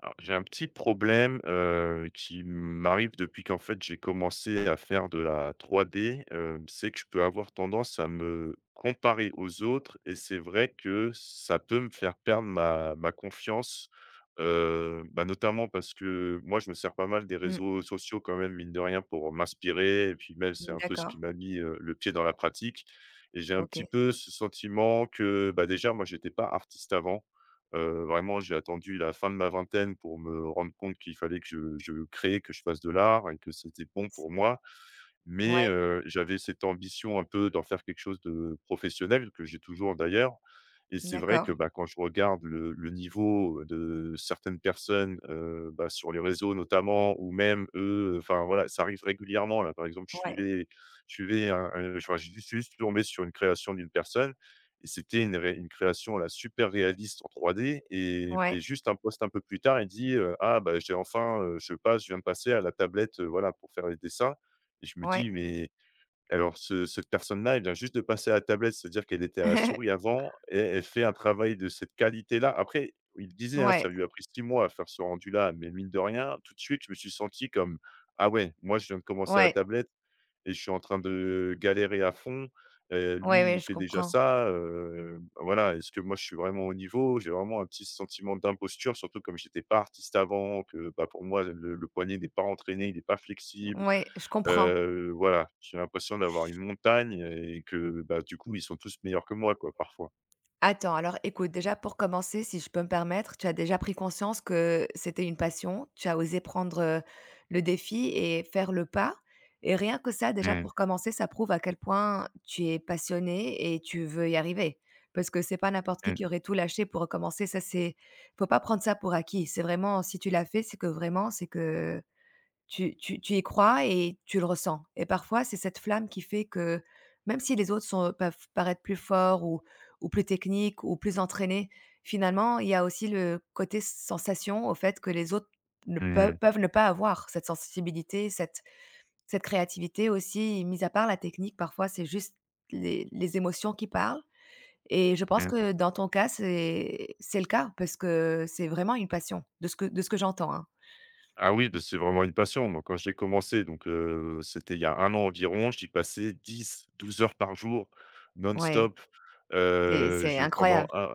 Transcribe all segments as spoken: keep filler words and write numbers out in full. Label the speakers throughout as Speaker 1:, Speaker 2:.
Speaker 1: Alors, j'ai un petit problème, heu, qui m'arrive depuis qu'en fait j'ai commencé à faire de la trois D, hem, c'est que je peux avoir tendance à me comparer aux autres et c'est vrai que ça peut me faire perdre ma ma confiance, heu, bah, notamment parce que moi je me sers pas mal des
Speaker 2: Mmh.
Speaker 1: réseaux sociaux quand même mine de rien pour m'inspirer et puis même c'est un peu ce
Speaker 2: D'accord,
Speaker 1: qui m'a mis, heu, le pied dans la pratique et j'ai un
Speaker 2: OK.
Speaker 1: petit peu ce sentiment que, bah, déjà moi j'étais pas artiste avant. Heu, vraiment, j'ai attendu la fin de ma vingtaine pour me rendre compte qu'il fallait que je je crée, que je fasse de l'art et que c'était bon
Speaker 2: S
Speaker 1: pour moi. Mais
Speaker 2: ouais,
Speaker 1: heu, j'avais cette ambition un peu d'en faire quelque chose de professionnel, que j'ai toujours d'ailleurs, et c'est vrai
Speaker 2: d'accord.
Speaker 1: que, bah, quand je regarde le le niveau de certaines personnes, heu, bah, sur les réseaux notamment ou même eux, enfin voilà, ça arrive régulièrement là. Par exemple, je
Speaker 2: Ouais,
Speaker 1: suivais je suivais un un enfin, je suis juste tombé sur une création d'une personne, et c'était une ré une création là super réaliste en trois D et
Speaker 2: ouais,
Speaker 1: et juste un post un peu plus tard, il dit, heu: «Ah bah, j'ai enfin, heu, je passe je viens de passer à la tablette, heu, voilà, pour faire les dessins». Et je me
Speaker 2: ouais.
Speaker 1: dis: «Mais alors ce cette personne-là, elle vient juste de passer à la tablette, c'est-à-dire qu'elle était à la souris avant et elle fait un travail de cette qualité-là». Après, il disait, hein,
Speaker 2: Ouais,
Speaker 1: ça lui a pris six mois à faire ce rendu-là, mais mine de rien, tout de suite, je me suis senti comme: «Ah ouais, moi je viens de commencer à la
Speaker 2: ouais,
Speaker 1: tablette et je suis en train de galérer à fond, heu,
Speaker 2: ouais,
Speaker 1: lui
Speaker 2: ouais,
Speaker 1: il
Speaker 2: je
Speaker 1: fait déjà
Speaker 2: comprends.
Speaker 1: ça, heu, voilà, est-ce que moi je suis vraiment au niveau?» J'ai vraiment un petit sentiment d'imposture, surtout comme j'étais pas artiste avant, que, bah, pour moi le le poignet n'est pas entraîné, il n'est pas flexible.
Speaker 2: Ouais, je comprends.
Speaker 1: Heu, voilà, j'ai l'impression d'avoir une montagne et que, bah, du coup, ils sont tous meilleurs que moi, quoi, parfois.
Speaker 2: Attends, alors écoute, déjà pour commencer, si je peux me permettre, tu as déjà pris conscience que c'était une passion, tu as osé prendre, heu, le défi et faire le pas et rien que ça, déjà
Speaker 1: Mmh.
Speaker 2: pour commencer, ça prouve à quel point tu es passionné et tu veux y arriver. Parce que c'est pas n'importe qui
Speaker 1: Mmh.
Speaker 2: qui aurait tout lâché pour recommencer, ça c'est faut pas prendre ça pour acquis. C'est vraiment si tu l'as fait, c'est que vraiment c'est que tu tu tu y crois et tu le ressens et parfois, c'est cette flamme qui fait que même si les autres sont peuvent paraître plus forts ou ou plus techniques ou plus entraînés, finalement, il y a aussi le côté sensation au fait que les autres ne
Speaker 1: Mmh
Speaker 2: peu
Speaker 1: mh.
Speaker 2: peuvent ne pas avoir cette sensibilité, cette cette créativité aussi. Mis à part la technique, parfois, c'est juste les les émotions qui parlent et je pense
Speaker 1: Mmh.
Speaker 2: que dans ton cas, c'est c'est le cas parce que c'est vraiment une passion de ce que de ce que j'entends, hein.
Speaker 1: Ah oui, bah, c'est vraiment une passion. Moi, quand j'ai commencé, donc heu, c'était il y a un an environ, j'y passais dix douze heures par jour
Speaker 2: Ouais,
Speaker 1: non-stop,
Speaker 2: c'est
Speaker 1: heu,
Speaker 2: c'est
Speaker 1: je pendant
Speaker 2: incroyable.
Speaker 1: un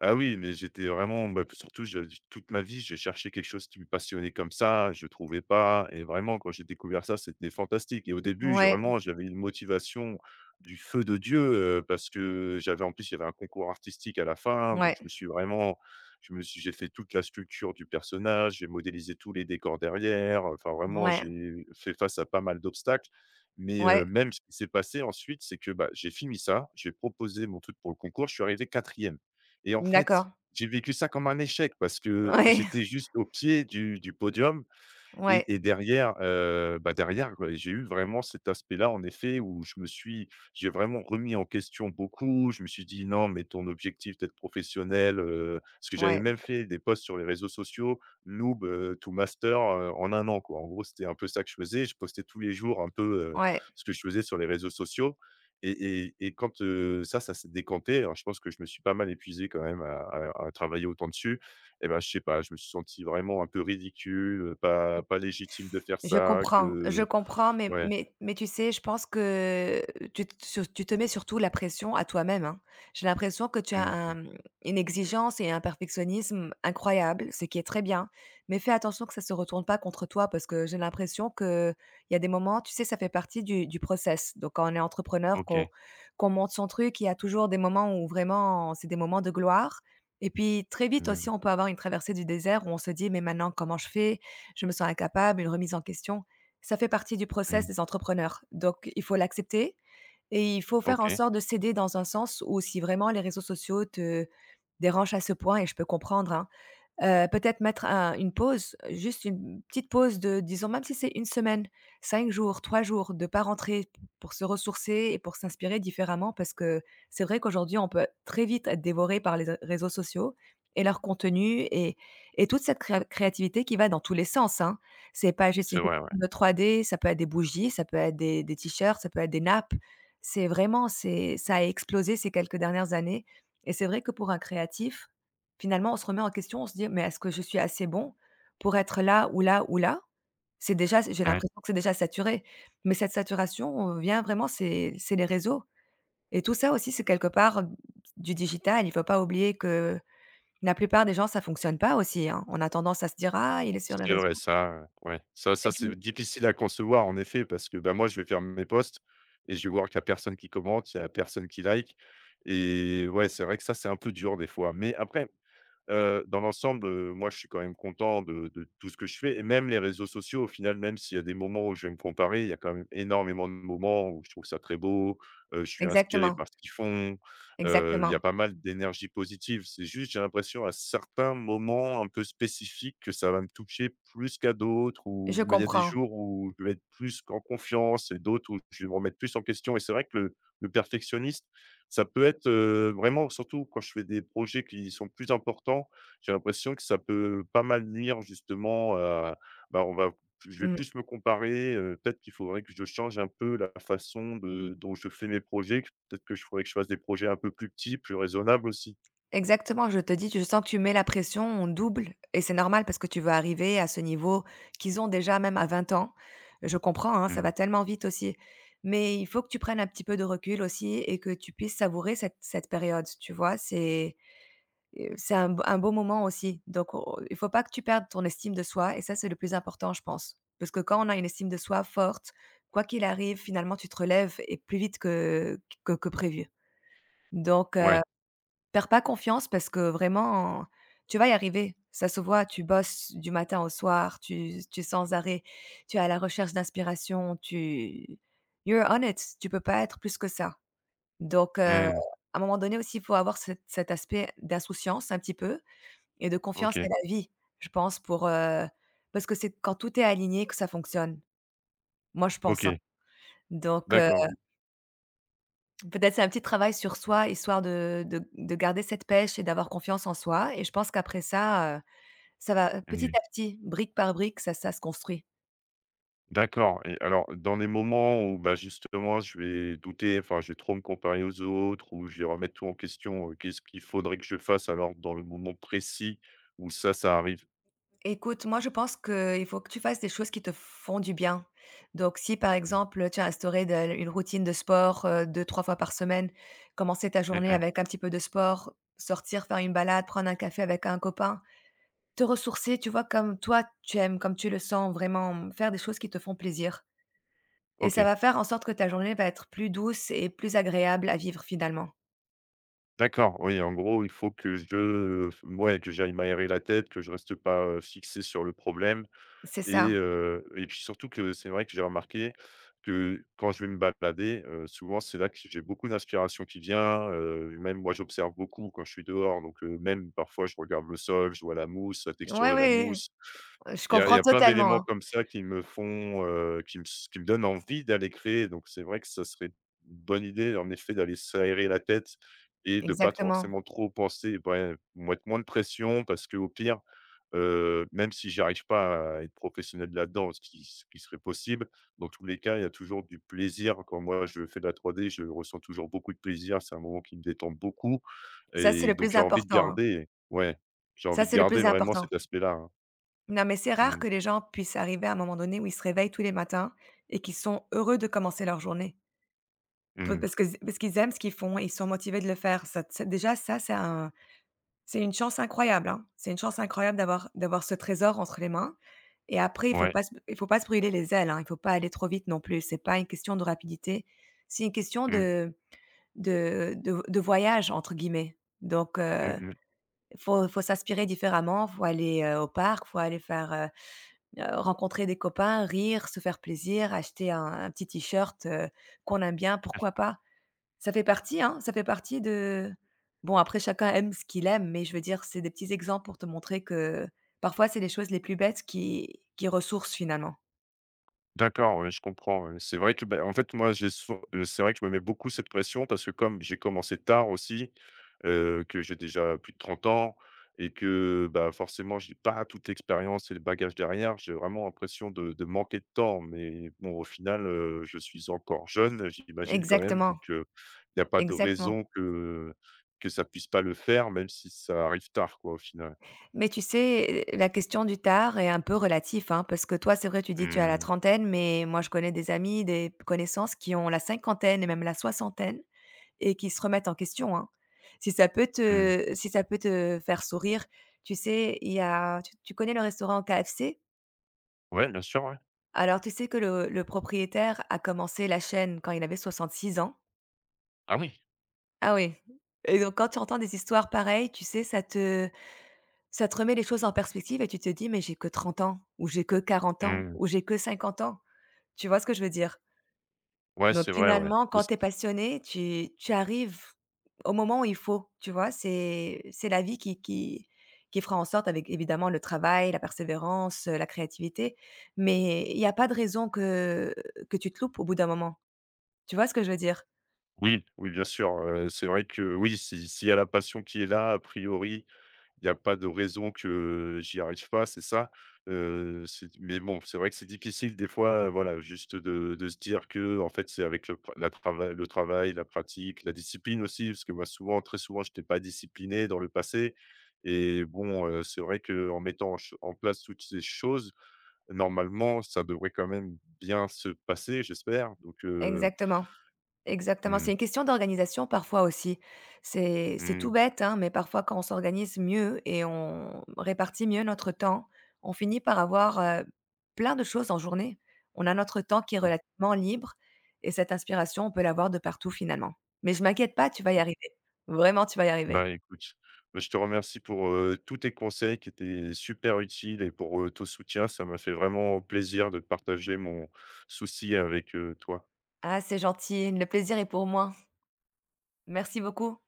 Speaker 1: Ah oui, mais j'étais vraiment bah, surtout je toute ma vie, j'ai cherché quelque chose qui me passionnait comme ça, je trouvais pas et vraiment quand j'ai découvert ça, c'était fantastique et au début, j'ai
Speaker 2: Ouais.
Speaker 1: vraiment j'avais une motivation du feu de Dieu, heu, parce que j'avais en plus, il y avait un concours artistique à la fin, donc
Speaker 2: Ouais,
Speaker 1: je me suis vraiment je me suis j'ai fait toute la sculpture du personnage, j'ai modélisé tous les décors derrière, enfin vraiment
Speaker 2: ouais,
Speaker 1: j'ai fait face à pas mal d'obstacles. Mais, heu,
Speaker 2: ouais,
Speaker 1: même ce qui s'est passé ensuite, c'est que, bah, j'ai fini ça, j'ai proposé mon truc pour le concours, je suis arrivé quatrième. Et en fait,
Speaker 2: d'accord.
Speaker 1: j'ai vécu ça comme un échec parce que
Speaker 2: Ouais,
Speaker 1: j'étais juste au pied du du podium
Speaker 2: ouais,
Speaker 1: et et derrière, heu, bah, derrière, ouais, j'ai eu vraiment cet aspect-là, en effet, où je me suis j'ai vraiment remis en question beaucoup. Je me suis dit: «Non, mais ton objectif d'être professionnel», heu, parce que j'avais
Speaker 2: ouais,
Speaker 1: même fait des posts sur les réseaux sociaux, noob, heu, to master, heu, en un an, quoi. En gros, c'était un peu ça que je faisais. Je postais tous les jours un peu, heu,
Speaker 2: ouais.
Speaker 1: ce que je faisais sur les réseaux sociaux, et et et quand, heu, ça, ça s'est décanté alors je pense que je me suis pas mal épuisé quand même à à à travailler autant dessus. Et ben je sais pas, je me suis senti vraiment un peu ridicule, pas pas légitime de faire
Speaker 2: Je
Speaker 1: ça,
Speaker 2: comprends, je
Speaker 1: que
Speaker 2: comprends, mais
Speaker 1: ouais.
Speaker 2: mais mais tu sais, je pense que tu te sur tu te mets surtout la pression à toi-même, hein. J'ai l'impression que tu as
Speaker 1: Mmh.
Speaker 2: un une exigence et un perfectionnisme incroyable, ce qui est très bien, mais fais attention que ça se retourne pas contre toi parce que j'ai l'impression que il y a des moments, tu sais, ça fait partie du du process. Donc quand on est entrepreneur, qu'on
Speaker 1: OK.
Speaker 2: qu'on monte son truc, il y a toujours des moments où vraiment c'est des moments de gloire et puis très vite aussi,
Speaker 1: Mmh.
Speaker 2: on peut avoir une traversée du désert où on se dit: «Mais maintenant, comment je fais?» Je me sens incapable, une remise en question. Ça fait partie du process
Speaker 1: Mmh.
Speaker 2: des entrepreneurs. Donc, il faut l'accepter et il faut faire en
Speaker 1: OK.
Speaker 2: sorte de céder dans un sens où si vraiment les réseaux sociaux te dérangent à ce point, et je peux comprendre, hein. Heu, peut-être mettre un une pause, juste une petite pause de disons même si c'est une semaine, cinq jours, trois jours, de pas rentrer p pour se ressourcer et pour s'inspirer différemment parce que c'est vrai qu'aujourd'hui on peut très vite être dévoré par les réseaux sociaux et leur contenu et et toute cette créa créativité qui va dans tous les sens, hein. C'est pas juste une
Speaker 1: C'est
Speaker 2: question
Speaker 1: vrai, ouais.
Speaker 2: de trois D, ça peut être des bougies, ça peut être des des t-shirts, ça peut être des nappes. C'est vraiment c'est ça a explosé ces quelques dernières années et c'est vrai que pour un créatif, finalement, on se remet en question, on se dit: «Mais est-ce que je suis assez bon pour être là ou là ou là?» C'est déjà j'ai
Speaker 1: Ouais.
Speaker 2: l'impression que c'est déjà saturé, mais cette saturation, heu, vient vraiment c'est c'est les réseaux et tout ça aussi, c'est quelque part du digital. Il ne faut pas oublier que la plupart des gens, ça fonctionne pas aussi, hein. On a tendance à se dire: «Ah, il est sur les
Speaker 1: C'est vrai
Speaker 2: réseaux»
Speaker 1: ça, heu, ouais. Ça
Speaker 2: et
Speaker 1: ça, c'est
Speaker 2: puis
Speaker 1: difficile à concevoir en effet parce que, bah, moi, je vais faire mes posts et je vais voir qu'il y a personne qui commente, il y a personne qui like et ouais, c'est vrai que ça, c'est un peu dur des fois. Mais après, Heu, dans l'ensemble, heu, moi, je suis quand même content de de tout ce que je fais, et même les réseaux sociaux, au final, même s'il y a des moments où je vais me comparer, il y a quand même énormément de moments où je trouve ça très beau, heu, je suis inspiré
Speaker 2: exactement,
Speaker 1: par ce qu'ils font, heu, il y
Speaker 2: exactement.
Speaker 1: a pas mal d'énergie positive. C'est juste, j'ai l'impression à certains moments un peu spécifiques que ça va me toucher plus qu'à d'autres,
Speaker 2: Je
Speaker 1: ou mais il y a des
Speaker 2: comprends.
Speaker 1: jours où je vais être plus en confiance et d'autres où je vais me remettre plus en question, et c'est vrai que le le perfectionniste ça peut être, heu, vraiment surtout quand je fais des projets qui sont plus importants, j'ai l'impression que ça peut pas mal nuire justement à bah, on va je vais
Speaker 2: Mmh.
Speaker 1: plus me comparer, heu, peut-être qu'il faudrait que je change un peu la façon de dont je fais mes projets, que peut-être que je faudrait que je fasse des projets un peu plus petits, plus raisonnables aussi.
Speaker 2: Exactement, je te dis, je sens que tu mets la pression, on double et c'est normal parce que tu veux arriver à ce niveau qu'ils ont déjà même à vingt ans. Je comprends, hein, ça
Speaker 1: Mmh.
Speaker 2: va tellement vite aussi. Mais il faut que tu prennes un petit peu de recul aussi et que tu puisses savourer cette cette période, tu vois? C'est, heu, c'est un b un beau moment aussi. Donc on il faut pas que tu perdes ton estime de soi et ça, c'est le plus important, je pense. Parce que quand on a une estime de soi forte, quoi qu'il arrive, finalement, tu te relèves et plus vite que que que prévu. Donc
Speaker 1: Ouais.
Speaker 2: perds pas confiance parce que vraiment, tu vas y arriver. Ça se voit, tu bosses du matin au soir, tu tu es sans arrêt, tu es à la recherche d'inspiration, tu you're on it, tu peux pas être plus que ça. Donc, heu, à
Speaker 1: Mmh.
Speaker 2: un moment donné aussi, il faut avoir cet cet aspect d'insouciance un petit peu et de confiance à
Speaker 1: OK.
Speaker 2: la vie, je pense pour, heu, parce que c'est quand tout est aligné que ça fonctionne. Moi, je pense, hein.
Speaker 1: OK.
Speaker 2: Donc, heu,
Speaker 1: D'accord.
Speaker 2: peut-être c'est un petit travail sur soi histoire de de de garder cette pêche et d'avoir confiance en soi et je pense qu'après ça, heu ça va, heu, petit
Speaker 1: Mmh.
Speaker 2: à petit, brique par brique, ça ça se construit.
Speaker 1: D'accord, et alors dans les moments où, bah, justement je vais douter, enfin je vais trop me comparer aux autres ou je vais remettre tout en question, heu, qu'est-ce qu'il faudrait que je fasse alors dans le moment précis où ça, ça arrive?
Speaker 2: Écoute, moi, je pense qu'il faut que tu fasses des choses qui te font du bien. Donc si, par exemple, tu as instauré de une routine de sport, heu, deux trois fois par semaine, commencer ta
Speaker 1: Mmh
Speaker 2: journée
Speaker 1: mh.
Speaker 2: avec un petit peu de sport, sortir, faire une balade, prendre un café avec un copain, te ressourcer, tu vois, comme toi tu aimes, comme tu le sens vraiment, mmh, faire des choses qui te font plaisir et ça
Speaker 1: OK.
Speaker 2: va faire en sorte que ta journée va être plus douce et plus agréable à vivre finalement.
Speaker 1: D'accord, oui, en gros, il faut que je, heu, ouais, que j'aille m'aérer la tête, que je reste pas, heu, fixé sur le problème.
Speaker 2: C'est
Speaker 1: Et
Speaker 2: ça.
Speaker 1: heu et puis surtout que c'est vrai que j'ai remarqué que quand je vais me balader, heu, souvent c'est là que j'ai beaucoup d'inspiration qui vient, heu, même moi j'observe beaucoup quand je suis dehors, donc heu, même parfois je regarde le sol, je vois la mousse, la texture
Speaker 2: Ouais,
Speaker 1: de la
Speaker 2: ouais,
Speaker 1: mousse.
Speaker 2: je
Speaker 1: Il y a il
Speaker 2: comprends
Speaker 1: y a plein
Speaker 2: totalement,
Speaker 1: d'éléments
Speaker 2: hein.
Speaker 1: comme ça qui me font, heu, qui me s qui me donnent envie d'aller créer, donc c'est vrai que ça serait une bonne idée, en effet, d'aller s'aérer la tête et de pas
Speaker 2: Exactement.
Speaker 1: forcément trop penser, ouais, mettre moins de pression parce que au pire, heu, même si j'arrive pas à être professionnel là-dedans, ce qui ce qui serait possible, dans tous les cas, il y a toujours du plaisir. Quand moi, je fais de la trois D, je ressens toujours beaucoup de plaisir, c'est un moment qui me détend beaucoup,
Speaker 2: Ça, c'est
Speaker 1: et
Speaker 2: le
Speaker 1: donc
Speaker 2: plus
Speaker 1: j'ai envie de
Speaker 2: important, hein.
Speaker 1: garder ouais, j'ai
Speaker 2: Ça,
Speaker 1: envie de
Speaker 2: c'est le
Speaker 1: garder
Speaker 2: plus
Speaker 1: vraiment
Speaker 2: important.
Speaker 1: cet aspect-là, hein.
Speaker 2: Non, mais c'est rare
Speaker 1: Mmh.
Speaker 2: que les gens puissent arriver à un moment donné où ils se réveillent tous les matins et qu'ils sont heureux de commencer leur journée. Pe
Speaker 1: Mmh.
Speaker 2: parce que parce qu'ils aiment ce qu'ils font et ils sont motivés de le faire. Ça t déjà ça, c'est un c'est une chance incroyable, hein. C'est une chance incroyable d'avoir d'avoir ce trésor entre les mains et après il faut
Speaker 1: Ouais,
Speaker 2: pas se il faut pas se brûler les ailes, hein. Il faut pas aller trop vite non plus. C'est pas une question de rapidité. C'est une question
Speaker 1: mmh,
Speaker 2: de de de de «voyage» entre guillemets. Donc
Speaker 1: mmh
Speaker 2: heu
Speaker 1: mh.
Speaker 2: faut faut s'inspirer différemment, faut aller, heu, au parc, faut aller faire, heu heu, rencontrer des copains, rire, se faire plaisir, acheter un un petit t-shirt, heu, qu'on aime bien, pourquoi pas? Ça fait partie, hein, ça fait partie de bon après chacun aime ce qu'il aime, mais je veux dire, c'est des petits exemples pour te montrer que parfois c'est les choses les plus bêtes qui qui ressourcent finalement.
Speaker 1: D'accord, ouais, je comprends, ouais. C'est vrai que, bah, en fait, moi, j'ai sou heu, c'est vrai que je me mets beaucoup cette pression parce que comme j'ai commencé tard aussi, heu, que j'ai déjà plus de trente ans, et que, bah, forcément, j'ai pas toute l'expérience et le bagage derrière, j'ai vraiment l'impression de de manquer de temps. Mais bon, au final, heu, je suis encore jeune, j'imagine quand même,
Speaker 2: Exactement,
Speaker 1: donc il y a pas de
Speaker 2: exactement.
Speaker 1: raison que que ça puisse pas le faire, même si ça arrive tard, quoi, au final.
Speaker 2: Mais tu sais, la question du tard est un peu relatif, hein, parce que toi, c'est vrai, tu dis tu as la
Speaker 1: Mmh,
Speaker 2: trentaine, mais moi, je connais des amis, des connaissances qui ont la cinquantaine et même la soixantaine et qui se remettent en question, hein. Si ça peut
Speaker 1: mmh.
Speaker 2: te, si ça peut te faire sourire, tu sais, il y a, tu, tu connais le restaurant K F C?
Speaker 1: Ouais, bien sûr, ouais.
Speaker 2: Alors, tu sais que le, le propriétaire a commencé la chaîne quand il avait soixante-six ans.
Speaker 1: Ah oui!
Speaker 2: Ah oui. Et donc, quand tu entends des histoires pareilles, tu sais, ça te, ça te remet les choses en perspective et tu te dis: «Mais j'ai que trente ans» ou «J'ai que quarante ans»
Speaker 1: Mmh.
Speaker 2: ou «J'ai que cinquante ans». Tu vois ce que je veux dire?
Speaker 1: Ouais,
Speaker 2: Donc
Speaker 1: c'est vrai, ouais.
Speaker 2: finalement,
Speaker 1: Mais
Speaker 2: quand
Speaker 1: c
Speaker 2: tu es passionné, tu tu arrives au moment où il faut, tu vois? C'est c'est la vie qui qui qui fera en sorte avec évidemment le travail, la persévérance, heu, la créativité, mais il y a pas de raison que que tu te loupes au bout d'un moment. Tu vois ce que je veux dire?
Speaker 1: oui, oui, bien sûr, heu, c'est vrai que oui, si s'il y a la passion qui est là, a priori, il y a pas de raison que j'y arrive pas, c'est ça? Heu, c'est Mais bon, c'est vrai que c'est difficile des fois, euh, voilà, juste de de se dire que en fait, c'est avec le pra la trava le travail, la pratique, la discipline aussi, parce que moi, souvent, très souvent, je n'étais pas discipliné dans le passé, et bon, heu, c'est vrai qu'en mettant en ch en place toutes ces choses, normalement, ça devrait quand même bien se passer, j'espère, donc heu,
Speaker 2: Exactement. Exactement. C'est
Speaker 1: mmh.
Speaker 2: une question d'organisation parfois aussi. C'est c'est tout
Speaker 1: Mmh.
Speaker 2: bête, hein, mais parfois quand on s'organise mieux et on répartit mieux notre temps, on finit par avoir, heu, plein de choses en journée. On a notre temps qui est
Speaker 1: O
Speaker 2: relativement libre et cette inspiration, on peut l'avoir de partout finalement. Mais je m'inquiète pas, tu vas y
Speaker 1: o
Speaker 2: arriver. Vraiment, tu vas y arriver.
Speaker 1: bah, écoute, bah, je te remercie pour, heu, tous tes conseils qui étaient super utiles, et pour, heu, ton soutien. Ça m'a fait vraiment plaisir de partager mon souci avec, heu, toi.
Speaker 2: Ah, c'est gentil, le plaisir est pour moi. Merci beaucoup.